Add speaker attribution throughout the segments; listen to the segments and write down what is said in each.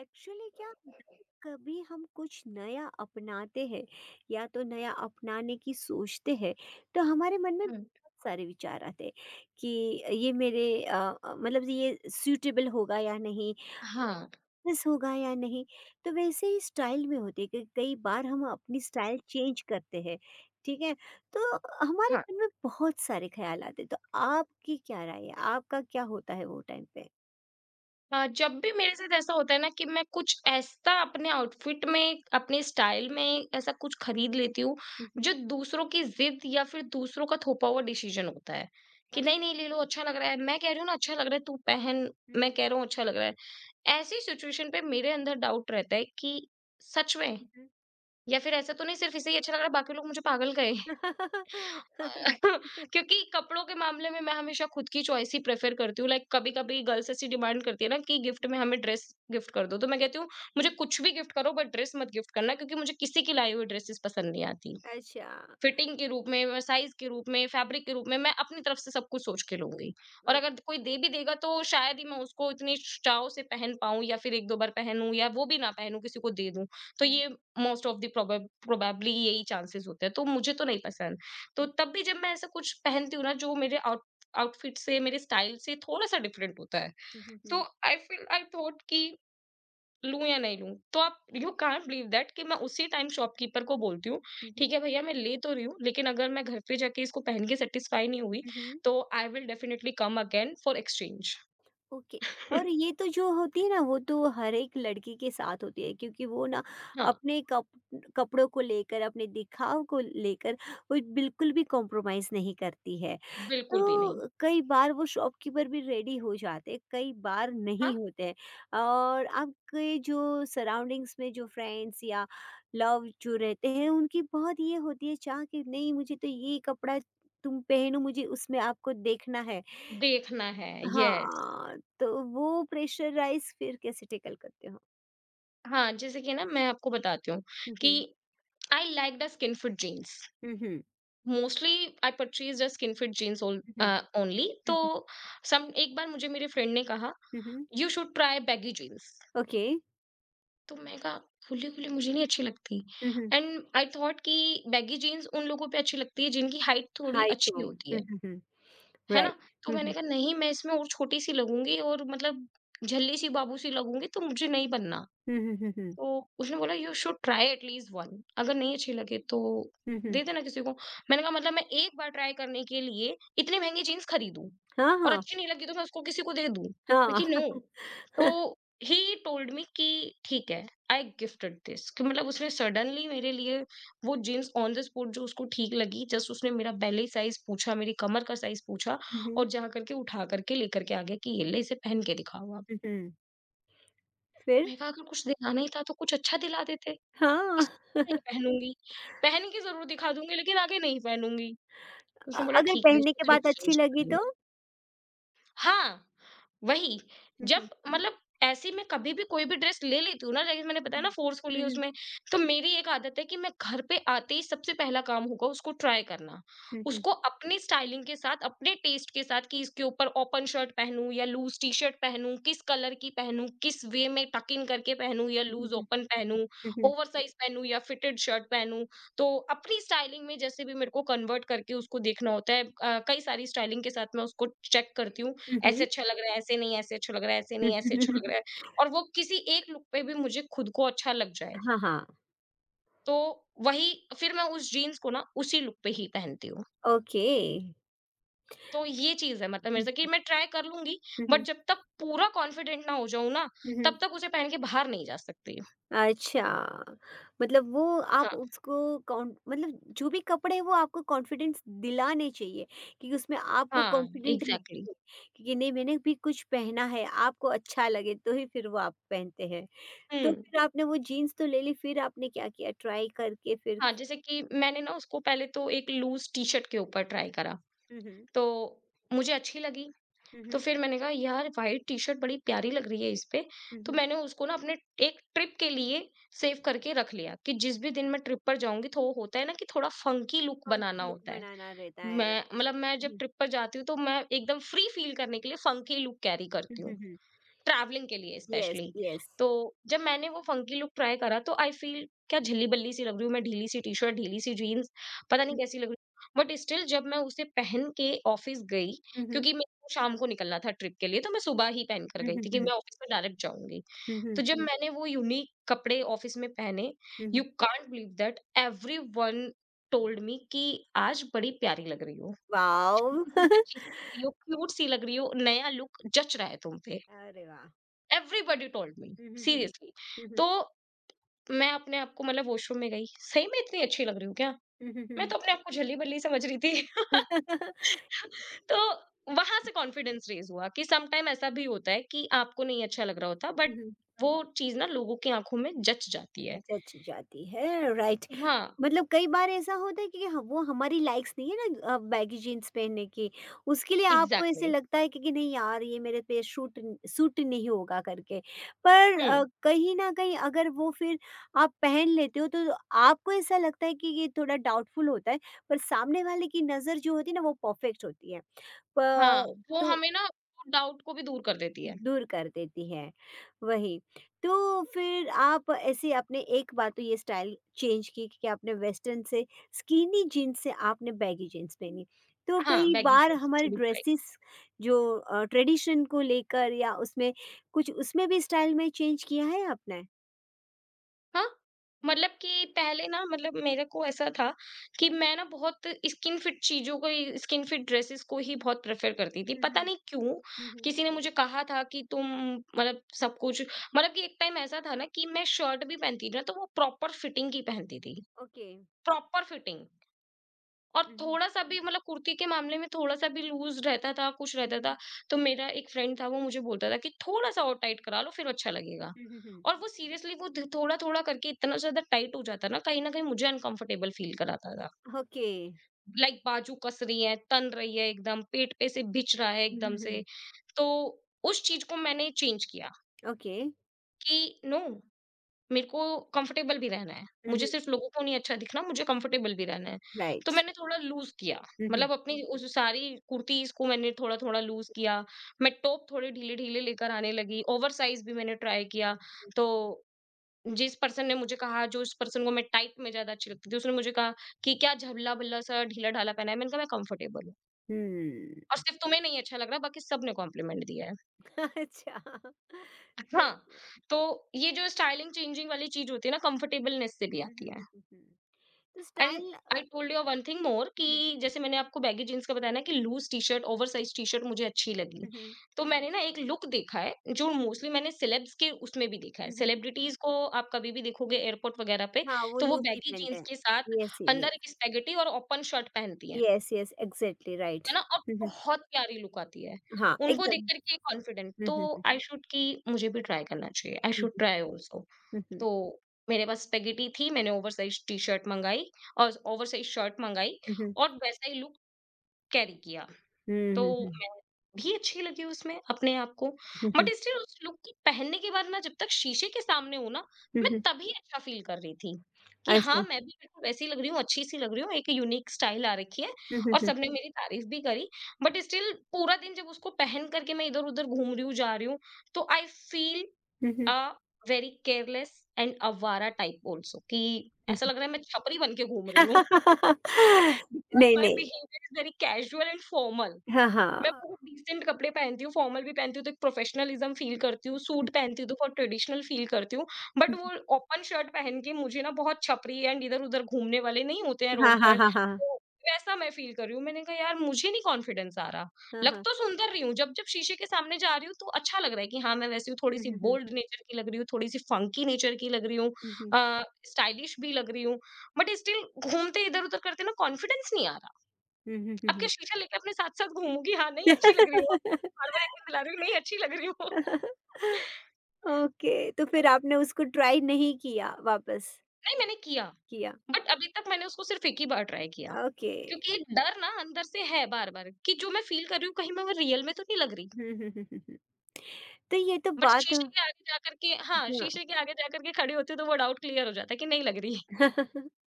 Speaker 1: Actually क्या होता है? कभी हम कुछ नया अपनाते हैं या तो नया अपनाने की सोचते हैं, तो हमारे मन में
Speaker 2: हुँ।
Speaker 1: बहुत सारे विचार आते हैं कि ये मेरे मतलब ये सूटेबल होगा या नहीं,
Speaker 2: हाँ,
Speaker 1: दिस होगा या नहीं। तो वैसे ही स्टाइल में होते हैं कि कई बार हम अपनी स्टाइल चेंज करते हैं, ठीक है? तो हमारे
Speaker 2: हाँ।
Speaker 1: मन में बहुत सारे ख्याल आते हैं, तो आपकी क्या राय है? आपका क्या होता है वो टाइम पे?
Speaker 2: जब भी मेरे साथ ऐसा होता है ना कि मैं कुछ ऐसा अपने आउटफिट में, अपने स्टाइल में ऐसा कुछ खरीद लेती हूँ,
Speaker 1: हम्म हम्म,
Speaker 2: जो दूसरों की ज़िद या फिर दूसरों का थोपा हुआ डिसीज़न होता है, कि
Speaker 1: अच्छा।
Speaker 2: नहीं-नहीं ले लो अच्छा लग रहा है, मैं कह रही हूँ ना अच्छा लग रहा है तू पहन, मैं
Speaker 1: हम्म
Speaker 2: कह रहा हूँ अच्छा लग रहा है। ऐसी सिचुएशन पे मेरे अंदर डाउट रहता है कि सच में?
Speaker 1: हम्म।
Speaker 2: या फिर ऐसा तो नहीं सिर्फ़ इसे ही अच्छा लग रहा है, बाकी लोग मुझे पागल कहें? क्योंकि कपड़ों के मामले में मैं हमेशा खुद की चॉइस ही प्रेफर करती हूँ। Like
Speaker 1: okay.
Speaker 2: कभी-कभी गर्ल्स ऐसी डिमांड करती है ना कि
Speaker 1: हुँ,
Speaker 2: गिफ्ट
Speaker 1: हुँ,
Speaker 2: में हमें ड्रेस गिफ्ट कर दो, तो मैं कहती हूँ मुझे
Speaker 1: हुँ।
Speaker 2: कुछ भी गिफ्ट करो बट ड्रेस मत गिफ्ट करना, क्योंकि मुझे किसी की लाई हुई ड्रेसेस पसंद नहीं आती।
Speaker 1: अच्छा,
Speaker 2: फिटिंग के रूप में, साइज़ के रूप में, फैब्रिक के रूप में, मैं अपनी तरफ से सब कुछ सोच के लूँगी। और
Speaker 1: ओके।
Speaker 2: अगर कोई दे भी देगा तो शायद ही मैं उसको इतनी चाव से पहन पाऊँ, या फिर 1-2 बार पहनूँ, या वो भी ना पहनूँ, किसी को दे दूँ। तो
Speaker 1: हुँ, हुँ,
Speaker 2: ये मोस्ट ऑफ द प्रोबेबली यही चांसेज़ होते हैं, तो मुझे तो नहीं पसंद। तो तब भी जब मैं ऐसा कुछ पहनती हूँ ना जो मेरे आउटफिट से, मेरे स्टाइल से थोड़ा-सा डिफरेंट होता है,
Speaker 1: हुँ, हुँ,
Speaker 2: तो
Speaker 1: हुँ,
Speaker 2: आई फील आई थॉट कि लूँ या नहीं लूँ? तो आप, यू कांट बिलीव दैट कि मैं उसी टाइम शॉपकीपर को बोलती हूँ,
Speaker 1: हुँ, हुँ,
Speaker 2: ठीक है भैया मैं ले तो रही हूँ, लेकिन अगर मैं घर पे जाके इसको पहन के सैटिस्फाई नहीं हुई,
Speaker 1: हुँ, हुँ,
Speaker 2: तो I will definitely come again for exchange.
Speaker 1: Okay. और ये तो जो होती है ना, वो तो हर एक लड़की के साथ होती है, क्योंकि वो ना
Speaker 2: हाँ,
Speaker 1: अपने कप कपड़ों को लेकर, अपने दिखाव को लेकर वो बिल्कुल भी कॉम्प्रोमाइज़ नहीं करती है।
Speaker 2: बिल्कुल भी नहीं।
Speaker 1: तो कई बार वो शॉपकीपर भी रेडी हो जाते हैं, कई बार
Speaker 2: हाँ,
Speaker 1: नहीं होते हैं। और आपके जो सराउंडिंग्स में जो फ्रेंड्स या लव जो रहते हैं, उनकी बहुत ये होती है चाह कि नहीं, मुझे तो ये कपड़ा तुम पहनो, मुझे उसमें आपको देखना है।
Speaker 2: देखना है, येस।
Speaker 1: हाँ, तो वो प्रेशराइज़ फिर कैसे टैकल करते हो?
Speaker 2: हाँ, जैसे कि ना मैं आपको बताती हूँ
Speaker 1: हुँ,
Speaker 2: कि
Speaker 1: हुँ।
Speaker 2: I like the skin fit jeans.
Speaker 1: हुँ, हुँ।
Speaker 2: Mostly I purchase the skin fit jeans
Speaker 1: हुँ, हुँ।
Speaker 2: ओनली।
Speaker 1: हुँ,
Speaker 2: तो
Speaker 1: हुँ।
Speaker 2: सम, एक बार मुझे मेरे फ्रेंड ने कहा,
Speaker 1: हुँ, हुँ।
Speaker 2: "You should try baggy jeans."
Speaker 1: Okay.
Speaker 2: तो मैंने कहा खुली-खुली मुझे नहीं अच्छी लगती।
Speaker 1: हुँ, हुँ।
Speaker 2: एंड आई थॉट कि बैगी जीन्स उन लोगों पे अच्छी लगती है जिनकी हाइट थोड़ी
Speaker 1: हाय
Speaker 2: अच्छी
Speaker 1: टोन
Speaker 2: होती
Speaker 1: हुँ, हुँ, हुँ।
Speaker 2: है ना?
Speaker 1: राइट।
Speaker 2: तो
Speaker 1: हुँ,
Speaker 2: मैंने
Speaker 1: हुँ।
Speaker 2: कहा नहीं मैं इसमें और छोटी-सी लगूँगी और मतलब झल्ली-सी बाबू-सी लगूँगी, तो मुझे नहीं बनना।
Speaker 1: हुँ, हुँ, हुँ, हुँ।
Speaker 2: तो उसने बोला you should try at least one, अगर नहीं अच्छी लगे तो
Speaker 1: हुँ,
Speaker 2: दे
Speaker 1: हुँ।
Speaker 2: देना किसी को। मैंने कहा मतलब मैं एक बार ट्राई करने के लिए इतनी महँगी जीन्स खरीदूँ
Speaker 1: हाँ,
Speaker 2: और
Speaker 1: हाँ।
Speaker 2: अच्छी नहीं लगी तो मैं उसको किसी को दे दूँ? मैं कि
Speaker 1: हाँ।
Speaker 2: नो। तो ही टोल्ड मी कि ठीक है, आई गिफ्टेड दिस, कि मतलब उसने सडनली मेरे लिए वो जीन्स ऑन द स्पॉट जो उसको ठीक लगी, जस्ट उसने मेरा बेली साइज़ पूछा, मेरी कमर का साइज़ पूछा
Speaker 1: हुँ, हुँ।
Speaker 2: और जा करके उठा करके लेकर के आ गया कि ये ले इसे पहन के दिखाओ आप।
Speaker 1: हुँ, हुँ। फिर?
Speaker 2: मैंने कहा अगर कुछ दिखाना ही था तो कुछ अच्छा दिला देते।
Speaker 1: हाँ।
Speaker 2: इस नहीं पहनूँगी, पहन के ज़रूर दिखा दूँगी लेकिन आगे नहीं पहनूँगी। तो उसने बोला
Speaker 1: अगर
Speaker 2: ठीक है
Speaker 1: पहनने
Speaker 2: उसको
Speaker 1: के
Speaker 2: फिर
Speaker 1: बाद अच्छी
Speaker 2: एक्सचेंज कर
Speaker 1: लगी तो?
Speaker 2: देंगे। हाँ, वही।
Speaker 1: हुँ,
Speaker 2: जब
Speaker 1: हुँ।
Speaker 2: मतलब ऐसे मैं कभी भी कोई भी ड्रेस ले लेती हूँ ना, जैसे मैंने बताया
Speaker 1: हुँ,
Speaker 2: ना, फोर्सफुली
Speaker 1: हुँ।
Speaker 2: उसमें, तो मेरी एक आदत है कि मैं घर पे आते ही सबसे पहला काम होगा उसको ट्राई करना।
Speaker 1: हुँ, हुँ।
Speaker 2: उसको अपनी स्टाइलिंग के साथ, अपने टेस्ट के साथ कि इसके ऊपर ओपन शर्ट पहनूँ या लूज़ टी-शर्ट पहनूँ, किस कलर की पहनूँ, किस वे में टक इन करके पहनूँ या
Speaker 1: हुँ, हुँ।
Speaker 2: लूज़
Speaker 1: हुँ,
Speaker 2: ओपन पहनूँ,
Speaker 1: हुँ, हुँ।
Speaker 2: ओवरसाइज़ पहनूँ या फिटेड शर्ट पहनूँ। तो अपनी स्टाइलिंग में जैसे भी मेरे को कन्वर्ट करके उसको देखना होता है। कई सारी स्टाइलिंग के साथ मैं उसको चेक करती हूँ,
Speaker 1: हुँ,
Speaker 2: ऐसे
Speaker 1: हुँ।
Speaker 2: अच्छा लग रहा है, ऐसे नहीं, ऐसे अच्छा लग रहा है, ऐसे
Speaker 1: हुँ,
Speaker 2: नहीं, ऐसे अच्छा लग
Speaker 1: हुँ।
Speaker 2: रहा है। और वो किसी एक लुक पे भी मुझे खुद को अच्छा लग जाए,
Speaker 1: हाँ, हाँ।
Speaker 2: तो वही, फिर मैं उस जीन्स को ना उसी लुक पे ही पहनती हूँ।
Speaker 1: ओके।
Speaker 2: तो ये चीज़ है मतलब मेरे
Speaker 1: हुँ,
Speaker 2: साथ कि मैं ट्राई कर लूँगी
Speaker 1: हुँ,
Speaker 2: बट
Speaker 1: हुँ।
Speaker 2: जब तक पूरा कॉन्फिडेंट ना हो जाऊँ ना,
Speaker 1: हुँ, हुँ।
Speaker 2: तब तक उसे पहन के बाहर नहीं जा सकती।
Speaker 1: अच्छा। मतलब वो आप
Speaker 2: हाँ,
Speaker 1: उसको कॉन मतलब जो भी कपड़े हैं वो आपको कॉन्फिडेंस दिलाने चाहिए, क्योंकि उसमें आपको
Speaker 2: हाँ,
Speaker 1: कॉन्फिडेंट लगे,
Speaker 2: एग्ज़ैक्टली।
Speaker 1: क्योंकि नहीं मैंने भी कुछ पहना है, आपको अच्छा लगे तो ही फिर वो आप पहनते हैं।
Speaker 2: हुँ।
Speaker 1: तो फिर आपने वो जीन्स तो ले ली, फिर आपने क्या किया? ट्राई करके फिर?
Speaker 2: हाँ, जैसे कि मैंने ना उसको पहले तो एक लूज़ टी-शर्ट के ऊपर ट्राई करा,
Speaker 1: हुँ, हुँ।
Speaker 2: तो मुझे अच्छी लगी।
Speaker 1: हुँ,
Speaker 2: तो
Speaker 1: हुँ।
Speaker 2: फिर मैंने कहा यार व्हाइट टी-शर्ट बड़ी प्यारी लग रही है इस पे।
Speaker 1: हुँ,
Speaker 2: तो
Speaker 1: हुँ।
Speaker 2: मैंने उसको ना अपने एक ट्रिप के लिए सेव करके रख लिया कि जिस भी दिन मैं ट्रिप पर जाऊँगी, तो वो होता है ना कि थोड़ा फंकी लुक बनाना
Speaker 1: फंकी लुक
Speaker 2: होता है।
Speaker 1: बनाना रहता है,
Speaker 2: मैं
Speaker 1: राइट?
Speaker 2: मतलब मैं
Speaker 1: हुँ,
Speaker 2: जब
Speaker 1: हुँ।
Speaker 2: ट्रिप पर जाती हूँ तो मैं एकदम फ्री फ़ील करने के लिए फंकी लुक कैरी
Speaker 1: हुँ,
Speaker 2: करती
Speaker 1: हुँ,
Speaker 2: हूँ।
Speaker 1: हुँ।
Speaker 2: ट्रैवलिंग के लिए
Speaker 1: यस,
Speaker 2: स्पेशली।
Speaker 1: यस।
Speaker 2: तो जब मैंने वो फंकी लुक ट्राई करा, तो आई फ़ील क्या झिल्ली-बल्ली सी लग रही हूँ मैं, ढीली सी टी-शर्ट, ढीली सी जीन्स, पता नहीं
Speaker 1: हुँ,
Speaker 2: कैसी लग रही हूँ। बट स्टिल जब मैं उसे पहन के ऑफ़िस गई,
Speaker 1: हुँ, हुँ।
Speaker 2: क्योंकि मेरे को शाम को निकलना था ट्रिप के लिए, तो मैं सुबह ही पहन कर
Speaker 1: हुँ,
Speaker 2: गई
Speaker 1: हुँ,
Speaker 2: थी कि
Speaker 1: हुँ।
Speaker 2: मैं ऑफ़िस में डायरेक्ट जाऊँगी।
Speaker 1: हुँ,
Speaker 2: तो
Speaker 1: हुँ।
Speaker 2: जब मैंने वो यूनिक कपड़े ऑफ़िस में पहने,
Speaker 1: hmm,
Speaker 2: you
Speaker 1: hmm.
Speaker 2: Can't believe that everyone told me कि आज बड़ी प्यारी लग रही हो।
Speaker 1: वॉव!
Speaker 2: छोटी-सी बच्ची सी लग रही हो, क्यूट सी लग रही हो, नया लुक जच रहा है तुम पे।
Speaker 1: अरे वाह!
Speaker 2: एवरीबॉडी टोल्ड मी
Speaker 1: हुँ, हुँ, हुँ, हुँ।
Speaker 2: सीरियसली।
Speaker 1: हुँ, हुँ।
Speaker 2: तो मैं अपने आप को, मतलब वॉशरूम में गई सही में इतनी अच्छी लग रही हूँ क्या,
Speaker 1: हुँ, हुँ, हुँ, हुँ। हुँ,
Speaker 2: मैं
Speaker 1: हुँ।
Speaker 2: तो अपने आप को झल्ली-बल्ली समझ रही थी। तो वहां से कॉन्फिडेंस रेज हुआ कि सम टाइम ऐसा भी होता है कि आपको नहीं अच्छा लग रहा होता, बट वो चीज ना लोगों की आंखों में जच जाती है।
Speaker 1: जच जाती है, राइट।
Speaker 2: हाँ,
Speaker 1: मतलब कई बार ऐसा होता है कि हम, वो हमारी लाइक्स नहीं है ना बैगी जीन्स पहनने की, उसके लिए आपको ऐसे
Speaker 2: एग्जैक्टली।
Speaker 1: लगता है कि नहीं यार ये मेरे पे शूट सूट नहीं होगा करके। पर
Speaker 2: हम्म।
Speaker 1: कहीं ना कहीं अगर वो फिर आप पहन लेते हो तो आपको ऐसा लगता है कि ये थोड़ा डाउटफुल होता है, पर सामने वाले की नज़र जो होती है ना वो परफेक्ट होती है।
Speaker 2: हाँ, वो
Speaker 1: तो
Speaker 2: हमें ना डाउट को भी दूर कर देती है।
Speaker 1: दूर कर देती है, वही। तो फिर आप ऐसे, आपने एक बार तो ये स्टाइल चेंज की कि आपने वेस्टर्न से स्किनी जीन्स से आपने बैगी जीन्स पहनी। तो
Speaker 2: हाँ,
Speaker 1: कई
Speaker 2: बैगी
Speaker 1: बार
Speaker 2: जींस।
Speaker 1: हमारे ड्रेसेस जो ट्रेडिशन को लेकर या उसमें, कुछ उसमें भी स्टाइल में चेंज किया है आपने?
Speaker 2: हाँ, मतलब कि पहले ना, मतलब मेरे को ऐसा था कि मैं ना बहुत स्किन फिट चीज़ों को ही, स्किन फिट ड्रेसेस को ही बहुत प्रेफ़र करती थी।
Speaker 1: हुँ, हुँ।
Speaker 2: पता नहीं क्यों?
Speaker 1: हुँ, हुँ।
Speaker 2: किसी ने मुझे कहा था कि तुम, मतलब सब कुछ, मतलब कि एक टाइम ऐसा था ना कि मैं शर्ट भी पहनती थी ना तो वो प्रॉपर फिटिंग की पहनती थी,
Speaker 1: ओके।
Speaker 2: Proper fitting. और
Speaker 1: हुँ, हुँ।
Speaker 2: थोड़ा-सा भी, मतलब कुर्ती के मामले में थोड़ा-सा भी लूज़ रहता था, कुछ
Speaker 1: हुँ,
Speaker 2: रहता
Speaker 1: हुँ,
Speaker 2: था,
Speaker 1: हुँ।
Speaker 2: तो मेरा एक फ्रेंड था, वो मुझे बोलता था कि थोड़ा-सा और टाइट करा लो, फिर अच्छा लगेगा।
Speaker 1: हुँ, हुँ,
Speaker 2: और वो सीरियसली, वो ध थोड़ा-थोड़ा करके इतना ज़्यादा टाइट हो जाता ना, कहीं न कहीं मुझे अनकंफर्टेबल फील कराता था।
Speaker 1: हुँ। ओके।
Speaker 2: लाइक बाजू कस रही है, तन रही है एकदम, पेट पे से बिछ रहा है
Speaker 1: हुँ,
Speaker 2: एकदम
Speaker 1: हुँ,
Speaker 2: से।
Speaker 1: हुँ।
Speaker 2: तो उस चीज़ को मैंने चेंज किया
Speaker 1: ओके।
Speaker 2: कि नो, मेरे को कंफर्टेबल भी रहना है।
Speaker 1: हुँ,
Speaker 2: मुझे
Speaker 1: हुँ।
Speaker 2: सिर्फ़ लोगों को नहीं अच्छा दिखना, मुझे कंफर्टेबल भी रहना है। तो
Speaker 1: राइट।
Speaker 2: मैंने थोड़ा लूज़ किया,
Speaker 1: हुँ, हुँ,
Speaker 2: मतलब अपनी उस सारी कुर्तीज़ को मैंने थोड़ा-थोड़ा लूज़ किया। मैं टॉप थोड़े ढीले-ढीले लेकर आने लगी, ओवरसाइज़ भी मैंने ट्राई किया।
Speaker 1: हुँ।
Speaker 2: तो जिस पर्सन ने मुझे कहा, जो उस पर्सन को मैं टाइट में ज़्यादा अच्छी लगती थी, उसने मुझे कहा कि क्या झल्ला-बल्ला सा ढीला-ढाला पहना है। मैंने कहा मैं कंफर्टेबल हूँ, और
Speaker 1: हुँ।
Speaker 2: सिर्फ़ तुम्हें नहीं अच्छा लग रहा, बाकी सबने कॉम्प्लिमेंट दिया है।
Speaker 1: अच्छा। तो
Speaker 2: हाँ, तो ये जो स्टाइलिंग चेंजिंग वाली चीज़ होती है ना, कंफर्टेबलनेस से भी
Speaker 1: हुँ,
Speaker 2: आती
Speaker 1: हुँ,
Speaker 2: है।
Speaker 1: हुँ, हुँ, हुँ। तो
Speaker 2: and
Speaker 1: style
Speaker 2: I told you one thing more
Speaker 1: hmm,
Speaker 2: कि,
Speaker 1: हुँ,
Speaker 2: जैसे मैंने आपको बैगी जीन्स का बताया ना, कि loose T shirt, oversize T shirt मुझे अच्छी लगी।
Speaker 1: हुँ, हुँ,
Speaker 2: तो मैंने ना एक लुक देखा है, जो मोस्टली मैंने सेलेब्स के उसमें भी देखा है,
Speaker 1: हुँ, हुँ।
Speaker 2: सेलिब्रिटीज को आप कभी भी देखोगे एयरपोर्ट वगैरह पे,
Speaker 1: हाँ, वो
Speaker 2: तो वो
Speaker 1: लूज़ी
Speaker 2: बैगी
Speaker 1: पैंट
Speaker 2: जीन्स
Speaker 1: है।
Speaker 2: के साथ
Speaker 1: येस, येस,
Speaker 2: अंदर एक स्पेगेटी और ओपन शर्ट पहनती है
Speaker 1: येस, येस, एग्ज़ैक्टली राइट।
Speaker 2: है ना? और
Speaker 1: हुँ, हुँ।
Speaker 2: बहुत प्यारी लुक आती है
Speaker 1: हाँ,
Speaker 2: उनको देख
Speaker 1: एकदम।
Speaker 2: करके। कॉन्फिडेंट,
Speaker 1: हुँ,
Speaker 2: तो
Speaker 1: हुँ, हुँ,
Speaker 2: आई शुड, की मुझे भी ट्राई करना चाहिए, I
Speaker 1: hmm,
Speaker 2: should
Speaker 1: hmm,
Speaker 2: try also.
Speaker 1: Hmm, हुँ,
Speaker 2: तो मेरे पास स्पेगेटी थी, मैंने ओवरसाइज़ टी-शर्ट मँगाई और ओवरसाइज़ शर्ट मँगाई,
Speaker 1: हुँ, हुँ,
Speaker 2: और वैसा ही लुक कैरी किया।
Speaker 1: हुँ,
Speaker 2: तो
Speaker 1: हुँ,
Speaker 2: मैं भी अच्छी लगी उसमें अपने आप को, बट
Speaker 1: हुँ,
Speaker 2: स्टिल उस लुक के पहनने के बाद ना, जब तक शीशे के सामने हूँ ना,
Speaker 1: हुँ,
Speaker 2: मैं
Speaker 1: हुँ,
Speaker 2: तभी अच्छा फ़ील कर रही थी कि हाँ,
Speaker 1: अच्छा।
Speaker 2: मैं भी बिल्कुल वैसी लग रही हूँ, अच्छी-सी लग रही हूँ, एक यूनिक स्टाइल आ रखी है।
Speaker 1: हुँ, हुँ,
Speaker 2: और
Speaker 1: हुँ,
Speaker 2: सबने मेरी तारीफ़ भी करी। बट स्टिल पूरा दिन जब उसको पहन कर के मैं इधर-उधर घूम रही हूँ, जा रही हूँ, तो I feel
Speaker 1: hmm, hmm,
Speaker 2: uh, very careless and आवारा टाइप आल्सो कि
Speaker 1: हुँ,
Speaker 2: ऐसा
Speaker 1: हुँ।
Speaker 2: लग रहा है मैं छपरी बन के घूम रही हूँ। बिकॉज़
Speaker 1: नहीं,
Speaker 2: माय
Speaker 1: नहीं।
Speaker 2: Behaviour is very casual and formal.
Speaker 1: हाँ,
Speaker 2: मैं
Speaker 1: हाँ।
Speaker 2: बहुत डिसेंट कपड़े पहनती हूँ, फॉर्मल भी पहनती हूँ तो एक प्रोफेशनलिज़्म फ़ील करती हूँ,
Speaker 1: हुँ,
Speaker 2: सूट पहनती हूँ तो बहुत ट्रेडिशनल फ़ील करती हूँ। बट
Speaker 1: हुँ,
Speaker 2: वो ओपन शर्ट पहन के, मुझे ना बहुत छपरी एंड इधर-उधर घूमने वाले नहीं होते हैं रोड
Speaker 1: हाँ, हाँ,
Speaker 2: पर,
Speaker 1: हाँ, हाँ।
Speaker 2: तो वैसा मैं फ़ील कर रही हूँ। मैंने कहा यार मुझे नहीं कॉन्फिडेंस आ रहा,
Speaker 1: हाँ,
Speaker 2: लग
Speaker 1: हाँ।
Speaker 2: तो सुंदर रही हूँ, जब-जब शीशे के सामने जा रही हूँ तो अच्छा लग रहा है कि हाँ, मैं वैसी हूँ,
Speaker 1: हुँ,
Speaker 2: थोड़ी-सी
Speaker 1: हुँ, हुँ,
Speaker 2: बोल्ड नेचर की लग रही हूँ, थोड़ी-सी फंकी नेचर की लग रही हूँ,
Speaker 1: हुँ, हुँ,
Speaker 2: अ, स्टाइलिश भी लग रही हूँ। बट स्टिल घूमते इधर-उधर करते ना कॉन्फिडेंस नहीं आ रहा।
Speaker 1: हुँ, हुँ, हुँ,
Speaker 2: आपके
Speaker 1: हुँ।
Speaker 2: शीशा लेके अपने साथ-साथ घूमूँगी, हाँ, नहीं अच्छी लग रही हो, अपने आप को बार-बार एक ही दिला रही हूँ, नहीं अच्छी लग रही हो।
Speaker 1: ओके, तो
Speaker 2: तो
Speaker 1: फिर आपने उसको ट्राई नहीं किया, वापस
Speaker 2: नहीं मैंने किया,
Speaker 1: किया?
Speaker 2: बट अभी तक मैंने उसको सिर्फ़ एक ही बार ट्राई किया,
Speaker 1: ओके।
Speaker 2: क्योंकि एक डर ना अंदर से है बार-बार कि जो मैं फ़ील कर रही हूँ कहीं मैं वो रियल में तो नहीं लग रही।
Speaker 1: हुँ, हुँ, हुँ, हुँ, हुँ। तो ये तो
Speaker 2: बट
Speaker 1: बात,
Speaker 2: शीशे के आगे जाकर के हाँ,
Speaker 1: हाँ।
Speaker 2: शीशे के आगे जाकर के खड़ी होती हूँ तो वो डाउट क्लियर हो जाता है कि नहीं लग रही है।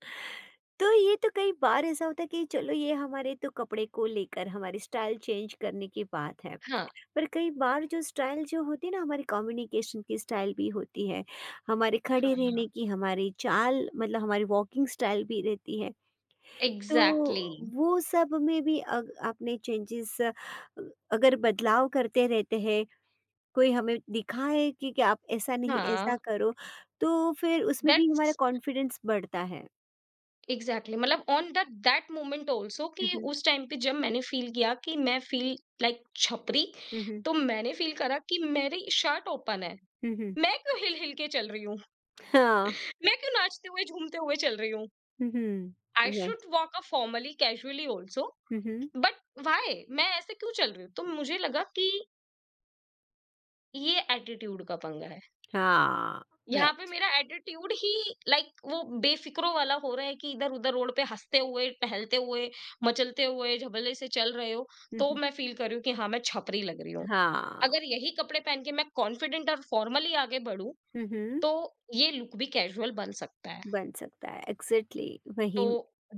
Speaker 1: तो ये तो कई बार ऐसा होता है कि चलो, ये हमारे तो कपड़े को लेकर हमारी स्टाइल चेंज करने की बात है।
Speaker 2: हाँ,
Speaker 1: पर कई बार जो स्टाइल जो होती है ना, हमारी कम्युनिकेशन की स्टाइल भी होती है, हमारे
Speaker 2: हाँ,
Speaker 1: खड़े रहने
Speaker 2: हाँ।
Speaker 1: की, हमारी चाल मतलब हमारी वॉकिंग स्टाइल भी रहती है।
Speaker 2: एग्ज़ैक्टली।
Speaker 1: तो वो सब में भी अग आपने चेंजेस अगर बदलाव करते रहते हैं, कोई हमें दिखाए कि आप ऐसा नहीं,
Speaker 2: हाँ,
Speaker 1: ऐसा करो, तो फिर उसमें भी हमारा
Speaker 2: दैट्स
Speaker 1: कॉन्फिडेंस बढ़ता है।
Speaker 2: एग्जैक्टली मतलब on that that moment also कि
Speaker 1: हुँ, हुँ।
Speaker 2: उस टाइम पे जब मैंने फील किया कि मैं फील लाइक छपरी,
Speaker 1: हुँ, हुँ।
Speaker 2: तो मैंने फील करा कि मेरी शर्ट ओपन है,
Speaker 1: हुँ, हुँ।
Speaker 2: मैं क्यों हिल हिल के चल रही हूँ,
Speaker 1: हाँ।
Speaker 2: मैं क्यों नाचते हुए झूमते हुए चल रही हूँ।
Speaker 1: Hmm, hmm.
Speaker 2: I
Speaker 1: right.
Speaker 2: Should walk a formally casually also.
Speaker 1: Hmm, hmm.
Speaker 2: But why मैं ऐसे क्यों चल रही हूँ तो मुझे लगा कि ये एटीट्यूड का पंगा है।
Speaker 1: हाँ,
Speaker 2: यहाँ पे
Speaker 1: राइट।
Speaker 2: मेरा एटीट्यूड ही लाइक वो बेफिक्रो वाला हो रहा है कि इधर-उधर रोड पे हँसते हुए, टहलते हुए, मचलते हुए, झबले से चल रहे हो,
Speaker 1: हुँ,
Speaker 2: तो
Speaker 1: हुँ।
Speaker 2: मैं फील कर रही हूँ कि हाँ, मैं छपरी लग रही हूँ।
Speaker 1: हाँ।
Speaker 2: अगर यही कपड़े पहन के मैं कॉन्फिडेंट और फॉर्मली आगे बढ़ूँ,
Speaker 1: हुँ, हुँ।
Speaker 2: तो ये लुक भी कैजुअल बन सकता है।
Speaker 1: बन सकता है, एग्ज़ैक्टली
Speaker 2: तो
Speaker 1: वही।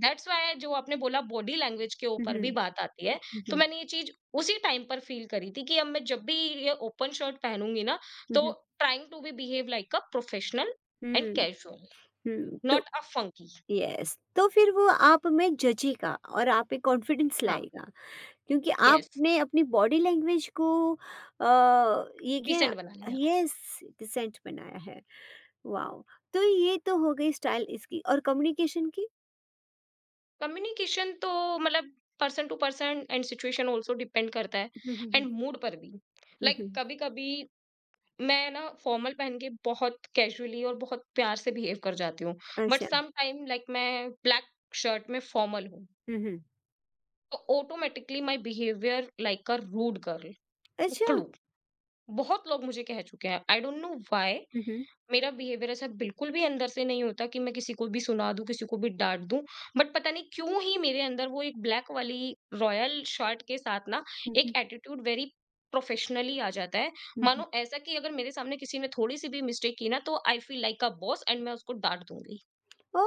Speaker 2: दैट्स व्हाई जो आपने बोला बॉडी लैंग्वेज के
Speaker 1: हुँ,
Speaker 2: ऊपर
Speaker 1: हुँ।
Speaker 2: भी बात आती है,
Speaker 1: हुँ,
Speaker 2: तो
Speaker 1: हुँ।
Speaker 2: मैंने ये चीज़ उसी टाइम पर फील करी थी कि अब मैं जब भी ये ओपन शर्ट पहनूँगी ना,
Speaker 1: हुँ,
Speaker 2: तो
Speaker 1: hmm.
Speaker 2: Trying to be behave like a professional and
Speaker 1: hmm,
Speaker 2: casual.
Speaker 1: Hmm. तो
Speaker 2: नॉट अ फंकी।
Speaker 1: यस, तो फिर वो आप में जचेगा और आप में कॉन्फिडेंस
Speaker 2: हाँ।
Speaker 1: लाएगा, क्योंकि
Speaker 2: यस,
Speaker 1: आपने अपनी बॉडी लैंग्वेज को अ, ये क्या,
Speaker 2: डिसेंट बना लिया।
Speaker 1: यस डिसेंट बनाया है। वाओ! तो ये तो हो गई स्टाइल इसकी और कम्युनिकेशन की।
Speaker 2: कम्युनिकेशन तो मतलब person to person and situation also depend करता है,
Speaker 1: हम्म, हम्म,
Speaker 2: एंड मूड पर भी,
Speaker 1: हम्म,
Speaker 2: लाइक
Speaker 1: हम्म,
Speaker 2: कभी कभी मैं ना फॉर्मल पहन के बहुत कैजुअली और बहुत प्यार से बिहेव कर जाती हूँ। बट
Speaker 1: अच्छा।
Speaker 2: सम टाइम लाइक मैं ब्लैक शर्ट में फॉर्मल हूँ,
Speaker 1: हम्म, हम्म,
Speaker 2: तो automatically my behaviour like a rude girl,
Speaker 1: अच्छा।
Speaker 2: उकड़ू। बहुत लोग मुझे कह चुके हैं, आई डोंट नो वाई।
Speaker 1: हम्म,
Speaker 2: मेरा बिहेवियर ऐसा बिल्कुल भी अंदर से नहीं होता कि मैं किसी को भी सुना दूं, किसी को भी डांट दूं। बट पता नहीं क्यों ही मेरे अंदर वो एक ब्लैक वाली रॉयल शर्ट के साथ ना एक
Speaker 1: हम्म,
Speaker 2: एटीट्यूड वेरी प्रोफेशनली आ जाता है,
Speaker 1: हम्म,
Speaker 2: मानो ऐसा कि अगर मेरे सामने किसी ने थोड़ी सी भी मिस्टेक की ना तो I feel like a boss and मैं उसको डांट दूंगी
Speaker 1: ओ।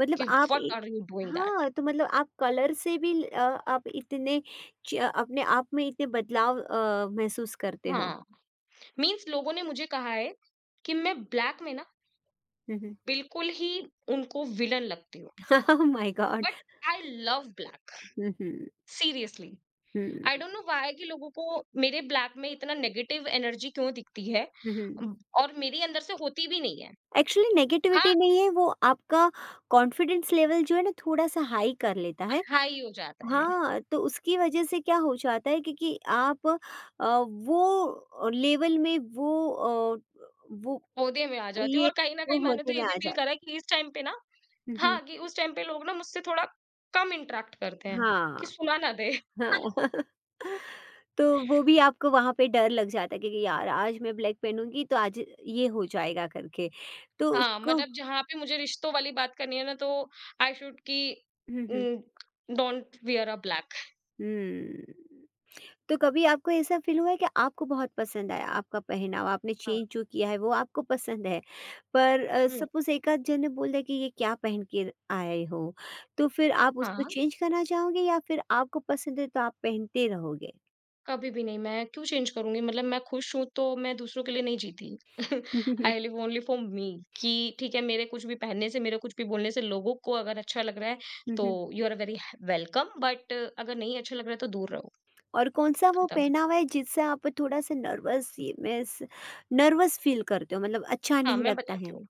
Speaker 1: मतलब
Speaker 2: कि
Speaker 1: आप
Speaker 2: what are you doing that.
Speaker 1: हाँ, तो मतलब आप कलर से भी आप इतने अपने आप में इतने बदलाव महसूस करते हो?
Speaker 2: हाँ, मींस लोगों ने मुझे कहा है कि मैं ब्लैक में ना
Speaker 1: हम्म,
Speaker 2: बिल्कुल ही उनको विलन लगती हूँ।
Speaker 1: Oh my God!
Speaker 2: But I love black,
Speaker 1: hmm,
Speaker 2: seriously. I
Speaker 1: hmm,
Speaker 2: don't know why कि लोगों को मेरे ब्लैक में इतना नेगेटिव एनर्जी क्यों दिखती है,
Speaker 1: हुँ, हुँ।
Speaker 2: अम, और मेरी अंदर से होती भी नहीं है।
Speaker 1: एक्चुअली
Speaker 2: हाँ,
Speaker 1: नेगेटिविटी नहीं है, वो आपका कॉन्फिडेंस लेवल जो है ना थोड़ा-सा हाई कर लेता है।
Speaker 2: हाई हो जाता है,
Speaker 1: हाँ, तो उसकी वजह से क्या हो जाता है क्योंकि आप अ, वो लेवल में वो वो
Speaker 2: पौधे में आ जाती हूँ,
Speaker 1: ये
Speaker 2: और कहीं ना
Speaker 1: वो
Speaker 2: कहीं मैंने तो
Speaker 1: होने
Speaker 2: ये
Speaker 1: में
Speaker 2: भी
Speaker 1: आ जा,
Speaker 2: फील करा है कि इस टाइम पे ना,
Speaker 1: हुँ, हुँ।
Speaker 2: हाँ, कि उस टाइम पे लोग ना मुझसे थोड़ा कम इंटरेक्ट करते हैं कि
Speaker 1: हाँ,
Speaker 2: सुना ना दे।
Speaker 1: हाँ। तो वो भी आपको वहाँ पे डर लग जाता है, क्योंकि यार आज मैं ब्लैक पहनूँगी तो आज ये हो जाएगा करके। तो
Speaker 2: हाँ,
Speaker 1: उसको
Speaker 2: मतलब जहाँ पे मुझे रिश्तों वाली बात करनी है ना तो आई शुड की
Speaker 1: hmm, hmm,
Speaker 2: don't wear a black.
Speaker 1: Hmm. तो कभी आपको ऐसा फ़ील हुआ है कि आपको बहुत पसंद आया, आपका पहनावा आपने
Speaker 2: हाँ।
Speaker 1: चेंज जो किया है वो आपको पसंद है। पर
Speaker 2: हम्म,
Speaker 1: सपोज़ एक आध जन ने बोल दिया कि ये क्या पहन के आए हो? तो फिर आप उसको
Speaker 2: हाँ,
Speaker 1: चेंज करना चाहोगे या फिर आपको पसंद है तो आप पहनते रहोगे?
Speaker 2: कभी भी नहीं, मैं क्यों चेंज करूँगी? मतलब मैं खुश हूँ तो मैं दूसरों के लिए नहीं जीती।
Speaker 1: Hmm, hmm, hmm.
Speaker 2: I live only for me, कि ठीक है, मेरे कुछ भी पहनने से, मेरे कुछ भी बोलने से लोगों को अगर अच्छा लग रहा है
Speaker 1: हुँ,
Speaker 2: तो
Speaker 1: hmm.
Speaker 2: You are very welcome, but अगर नहीं अच्छा लग रहा है तो दूर रहो,
Speaker 1: और कौन-सा वो
Speaker 2: खत्म।
Speaker 1: पहनावा है जिससे आप थोड़ा-सा नर्वस मीन्स नर्वस फ़ील करते हो, मतलब अच्छा
Speaker 2: हाँ,
Speaker 1: नहीं
Speaker 2: मैं
Speaker 1: लगता
Speaker 2: बताती
Speaker 1: है?
Speaker 2: हूँ।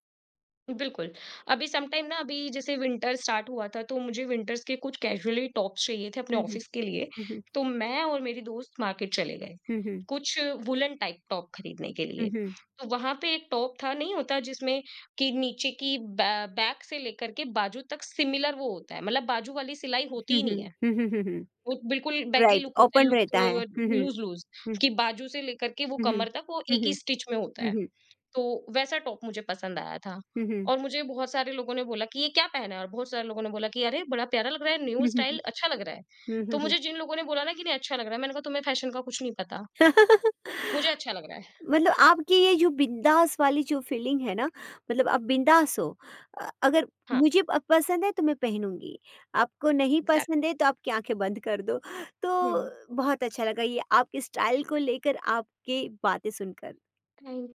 Speaker 2: बिल्कुल। अभी सम टाइम ना अभी जैसे विंटर स्टार्ट हुआ था तो मुझे विंटर्स के कुछ कैज़ुअली टॉप्स चाहिए थे अपने
Speaker 1: हुँ, हुँ।
Speaker 2: ऑफ़िस के लिए।
Speaker 1: हुँ, हुँ।
Speaker 2: तो मैं और मेरी दोस्त मार्केट चले गए,
Speaker 1: हुँ, हुँ।
Speaker 2: कुछ वूलन टाइप टॉप खरीदने के लिए।
Speaker 1: हुँ, हुँ।
Speaker 2: तो वहाँ पे एक टॉप था, नहीं होता जिसमें कि नीचे की बै बैक से लेकर के बाजू तक सिमिलर वो होता है, मतलब बाजू वाली सिलाई होती
Speaker 1: हुँ,
Speaker 2: ही
Speaker 1: हुँ।
Speaker 2: नहीं है।
Speaker 1: हुँ, हुँ, हुँ, हुँ।
Speaker 2: वो बिल्कुल बैगी
Speaker 1: राइट,
Speaker 2: लुक होता है,
Speaker 1: ओपन रहता है।
Speaker 2: Look
Speaker 1: hmm, hmm.
Speaker 2: Loose loose,
Speaker 1: hmm.
Speaker 2: कि बाजू से लेकर के वो
Speaker 1: हुँ, हुँ।
Speaker 2: कमर तक वो
Speaker 1: हुँ,
Speaker 2: एक ही
Speaker 1: हुँ।
Speaker 2: स्टिच में होता
Speaker 1: हुँ,
Speaker 2: है।
Speaker 1: हुँ।
Speaker 2: तो वैसा टॉप मुझे पसंद आया था,
Speaker 1: हुँ, हुँ,
Speaker 2: और मुझे बहुत सारे लोगों ने बोला कि ये क्या पहना है, और बहुत सारे लोगों ने बोला कि अरे बड़ा प्यारा लग रहा है, न्यू
Speaker 1: हुँ, हुँ।
Speaker 2: स्टाइल अच्छा लग रहा है।
Speaker 1: हुँ,
Speaker 2: तो
Speaker 1: हुँ, हुँ।
Speaker 2: मुझे जिन लोगों ने बोला ना कि नहीं अच्छा लग रहा है, मैंने कहा तुम्हें फैशन का कुछ नहीं पता, मुझे अच्छा लग रहा है।
Speaker 1: मतलब आपकी ये जो बिंदास वाली जो फ़ीलिंग है ना, मतलब आप बिंदास हो। अगर
Speaker 2: हाँ,
Speaker 1: मुझे प पसंद है तो मैं पहनूँगी, आपको नहीं पसंद
Speaker 2: एग्जैक्टली।
Speaker 1: है तो आपकी आँखें बंद कर दो।
Speaker 2: हम्म,
Speaker 1: तो बहुत अच्छा लगा ये, आपके स्टाइल को लेकर आपकी बातें सुनकर।
Speaker 2: थैंक